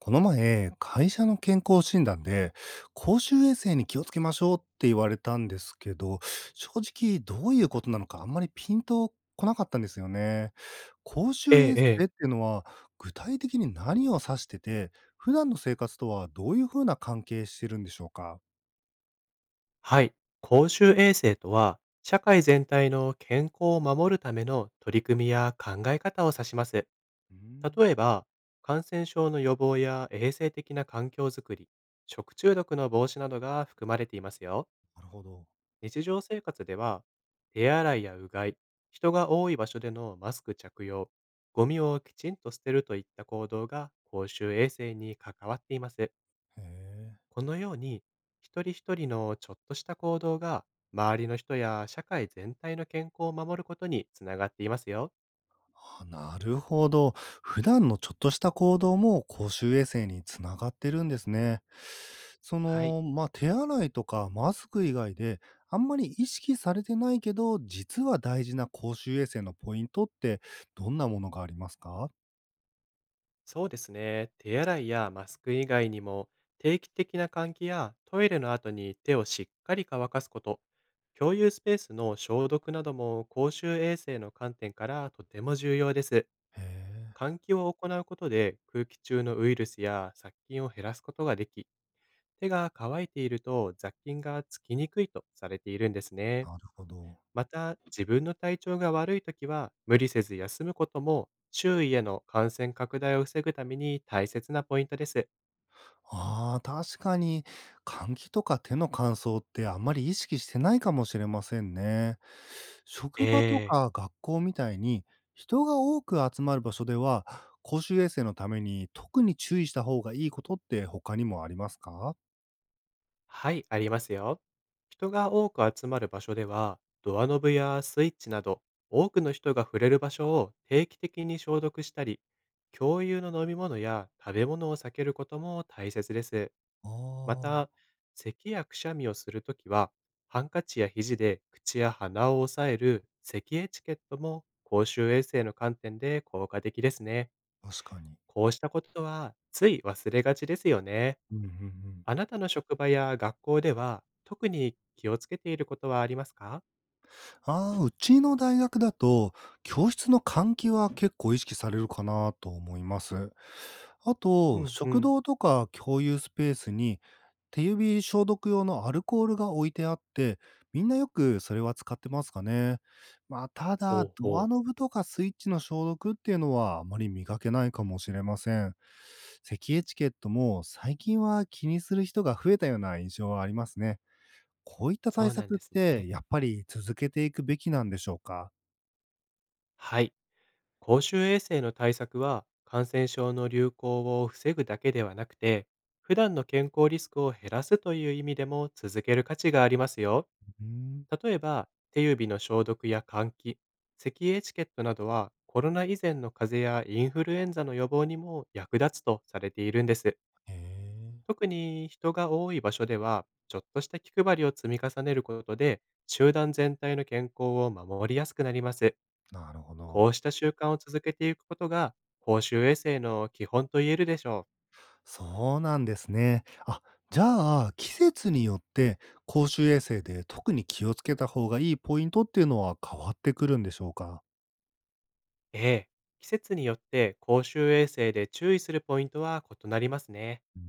この前、会社の健康診断で、公衆衛生に気をつけましょうって言われたんですけど、正直どういうことなのかあんまりピンとこなかったんですよね。公え衆え衛生ええ。っていうのは、具体的に何を指してて、普段の生活とはどういうふうな関係してるんでしょうか。はい。公衆衛生とは、社会全体の健康を守るための取り組みや考え方を指します。うーん、例えば、感染症の予防や衛生的な環境づくり、食中毒の防止などが含まれていますよ。なるほど。日常生活では、手洗いやうがい、人が多い場所でのマスク着用、ゴミをきちんと捨てるといった行動が公衆衛生に関わっています。へえ。このように、一人一人のちょっとした行動が、周りの人や社会全体の健康を守ることにつながっていますよ。あ、なるほど。普段のちょっとした行動も公衆衛生につながってるんですね。そはい。の、まあ、手洗いとかマスク以外で、あんまり意識されてないけど、実は大事な公衆衛生のポイントってどんなものがありますか？そうですね。手洗いやマスク以外にも、定期的な換気やトイレの後に手をしっかり乾かすこと、共有スペースの消毒なども公衆衛生の観点からとても重要です。へえ、換気を行うことで空気中のウイルスや殺菌を減らすことができ、手が乾いていると雑菌がつきにくいとされているんですね。なるほど。また、自分の体調が悪いときは、無理せず休むことも、周囲への感染拡大を防ぐために大切なポイントです。ああ、確かに、換気とか手の乾燥ってあんまり意識してないかもしれませんね。職場とええ。か学校みたいに人が多く集まる場所では、公衆衛生のために特に注意した方がいいことって他にもありますか。はい、ありますよ。人が多く集まる場所では、ドアノブやスイッチなど、多くの人が触れる場所を定期的に消毒したり、共有の飲み物や食べ物を避けることも大切です。あまた、咳やくしゃみをするときは、ハンカチや肘で口や鼻を押さえる咳エチケットも公衆衛生の観点で効果的ですね。あ、確かに。こうしたことはつい忘れがちですよね。うんうんうん。あなたの職場や学校では特に気をつけていることはありますか？ああ、うちの大学だと、教室の換気は結構意識されるかなと思います。あうと、んう食ん。堂とか共有スペースに手指消毒用のアルコールが置いてあって、みんなよくそれは使ってますかね。まあ、ただ、ほうドほアう。ノブとかスイッチの消毒っていうのはあまり見かけないかもしれません。咳エチケットも最近は気にする人が増えたような印象はありますね。こういったそ対うなん策っですね。てやっぱり続けていくべきなんでしょうか。はい。公衆衛生の対策は感染症の流行を防ぐだけではなくて、普段の健康リスクを減らすという意味でも続ける価値がありますよ。うん、例えば、手指の消毒や換気、咳エチケットなどはコロナ以前の風邪やインフルエンザの予防にも役立つとされているんです。へえ、特に、人が多い場所ではちょっとした気配りを積み重ねることで、集団全体の健康を守りやすくなります。なるほこど。うした習慣を続けていくことが、公衆衛生の基本と言えるでしょう。そうなんですね。あ、じゃあ、季節によって公衆衛生で特に気をつけた方がいいポイントっていうのは変わってくるんでしょうか？ええ、季節によって公衆衛生で注意するポイントは異なりますね。うー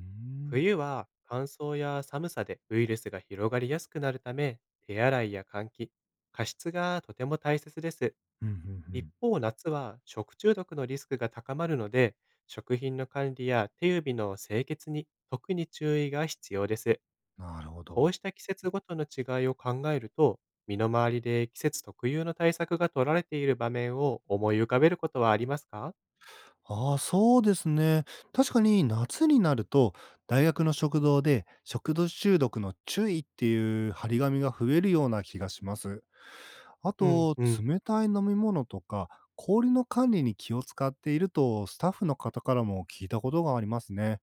ん。冬は乾燥や寒さでウイルスが広がりやすくなるため、手洗いや換気、加湿がとても大切です。うんうんう一ん。方、夏は食中毒のリスクが高まるので、食品の管理や手指の清潔に特に注意が必要です。なるほこうど。した季節ごとの違いを考えると、身の回りで季節特有の対策が取られている場面を思い浮かべることはありますか？ああ、そうですね。確かに夏になると、大学の食堂で食堂中毒の注意っていう張り紙が増えるような気がします。あうんと、うん。冷たい飲み物とか、氷の管理に気を使っていると、スタッフの方からも聞いたことがありますね。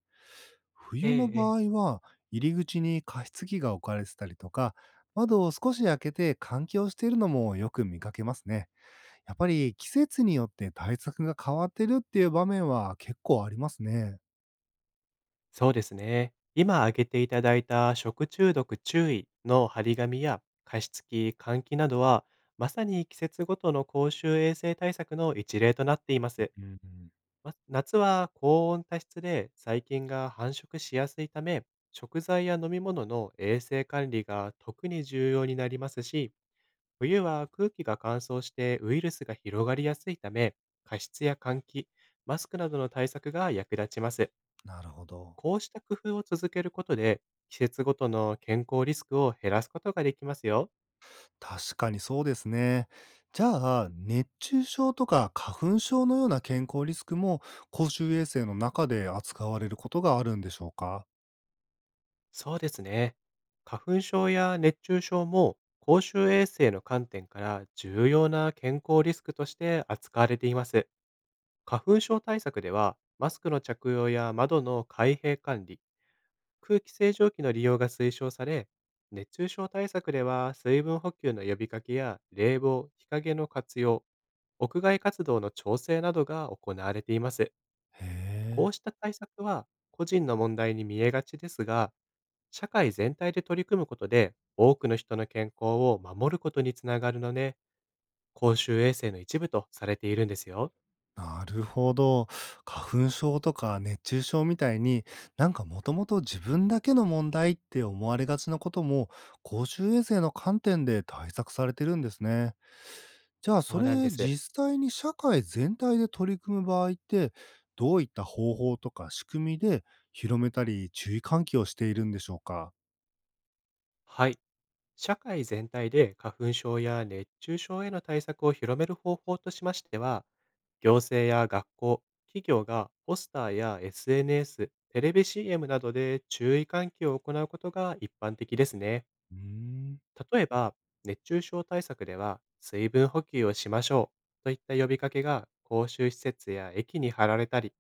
ええ、冬のえ場え。合は、入り口に加湿器が置かれてたりとか、窓を少し開けて換気をしているのもよく見かけますね。やっぱり季節によって対策が変わってるっていう場面は結構ありますね。そうですね。今挙げていただいた食中毒注意の張り紙や加湿器、換気などは、まさに季節ごとの公衆衛生対策の一例となっています。うんうん。ま、夏は高温多湿で細菌が繁殖しやすいため、食材や飲み物の衛生管理が特に重要になりますし、冬は空気が乾燥してウイルスが広がりやすいため、加湿や換気、マスクなどの対策が役立ちます。なるほど。こうした工夫を続けることで、季節ごとの健康リスクを減らすことができますよ。確かにそうですね。じゃあ、熱中症とか花粉症のような健康リスクも公衆衛生の中で扱われることがあるんでしょうか。そうですね。花粉症や熱中症も公衆衛生の観点から重要な健康リスクとして扱われています。花粉症対策では、マスクの着用や窓の開閉管理、空気清浄機の利用が推奨され、熱中症対策では水分補給の呼びかけや冷房、日陰の活用、屋外活動の調整などが行われています。へこえ。うした対策は個人の問題に見えがちですが、社会全体で取り組むことで、多くの人の健康を守ることにつながるのね。公衆衛生の一部とされているんですよ。なるほど。花粉症とか熱中症みたいになんかもともと自分だけの問題って思われがちなことも公衆衛生の観点で対策されてるんですね。じゃあ、そそうなんでれ、す。実際に社会全体で取り組む場合って、どういった方法とか仕組みで広めたり、注意喚起をしているんでしょうか？はい。社会全体で花粉症や熱中症への対策を広める方法としましては、行政や学校、企業がポスターや SNS、テレビ CM などで注意喚起を行うことが一般的ですね。うーん。例えば、熱中症対策では、水分補給をしましょうといった呼びかけが公衆施設や駅に貼られたり、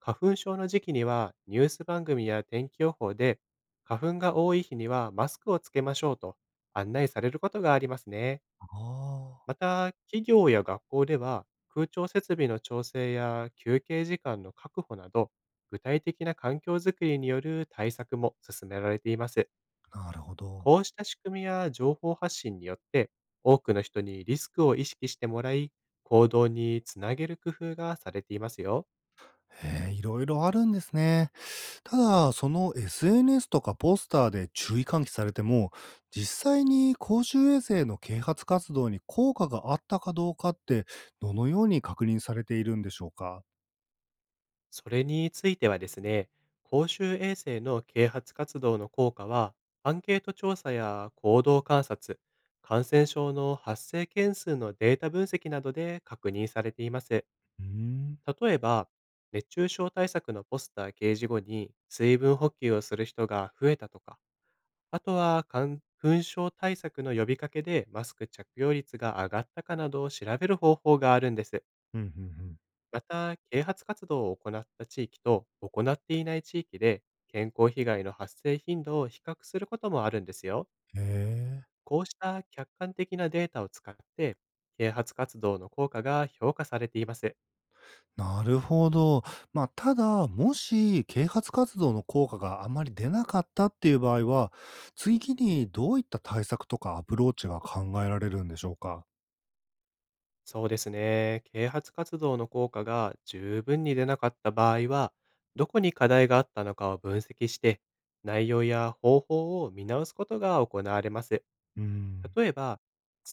花粉症の時期にはニュース番組や天気予報で、花粉が多い日にはマスクをつけましょうと案内されることがありますね。あまた、企業や学校では、空調設備の調整や休憩時間の確保など、具体的な環境づくりによる対策も進められています。あ、なるほど。こうした仕組みや情報発信によって、多くの人にリスクを意識してもらい、行動につなげる工夫がされていますよ。へえ、いろいろあるんですね。ただ、その SNS とかポスターで注意喚起されても、実際に公衆衛生の啓発活動に効果があったかどうかって、どのように確認されているんでしょうか？それについてはですね、公衆衛生の啓発活動の効果は、アンケート調査や行動観察、感染症の発生件数のデータ分析などで確認されています。うーん、例えば、熱中症対策のポスター掲示後に水分補給をする人が増えたとか、あとは、感染症対策の呼びかけでマスク着用率が上がったかなどを調べる方法があるんです。うんうんうん。また、啓発活動を行った地域と行っていない地域で健康被害の発生頻度を比較することもあるんですよ。へえ。こうした客観的なデータを使って、啓発活動の効果が評価されています。なるほど。まあ、ただ、もし啓発活動の効果があまり出なかったっていう場合は、次にどういった対策とかアプローチが考えられるんでしょうか？そうですね。啓発活動の効果が十分に出なかった場合は、どこに課題があったのかを分析して、内容や方法を見直すことが行われます。うん。例えば、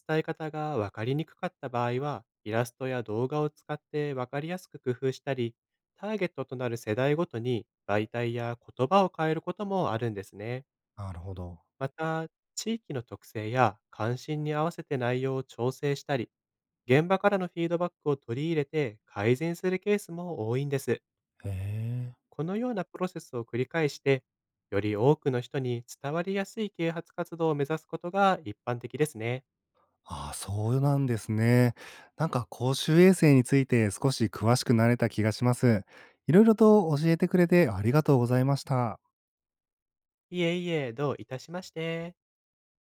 伝え方が分かりにくかった場合は、イラストや動画を使って分かりやすく工夫したり、ターゲットとなる世代ごとに媒体や言葉を変えることもあるんですね。なるほど。また、地域の特性や関心に合わせて内容を調整したり、現場からのフィードバックを取り入れて改善するケースも多いんです。へえ。このようなプロセスを繰り返して、より多くの人に伝わりやすい啓発活動を目指すことが一般的ですね。ああ、そうなんですね。なんか公衆衛生について少し詳しくなれた気がします。いろいろと教えてくれてありがとうございました。いえいえ、どういたしまして。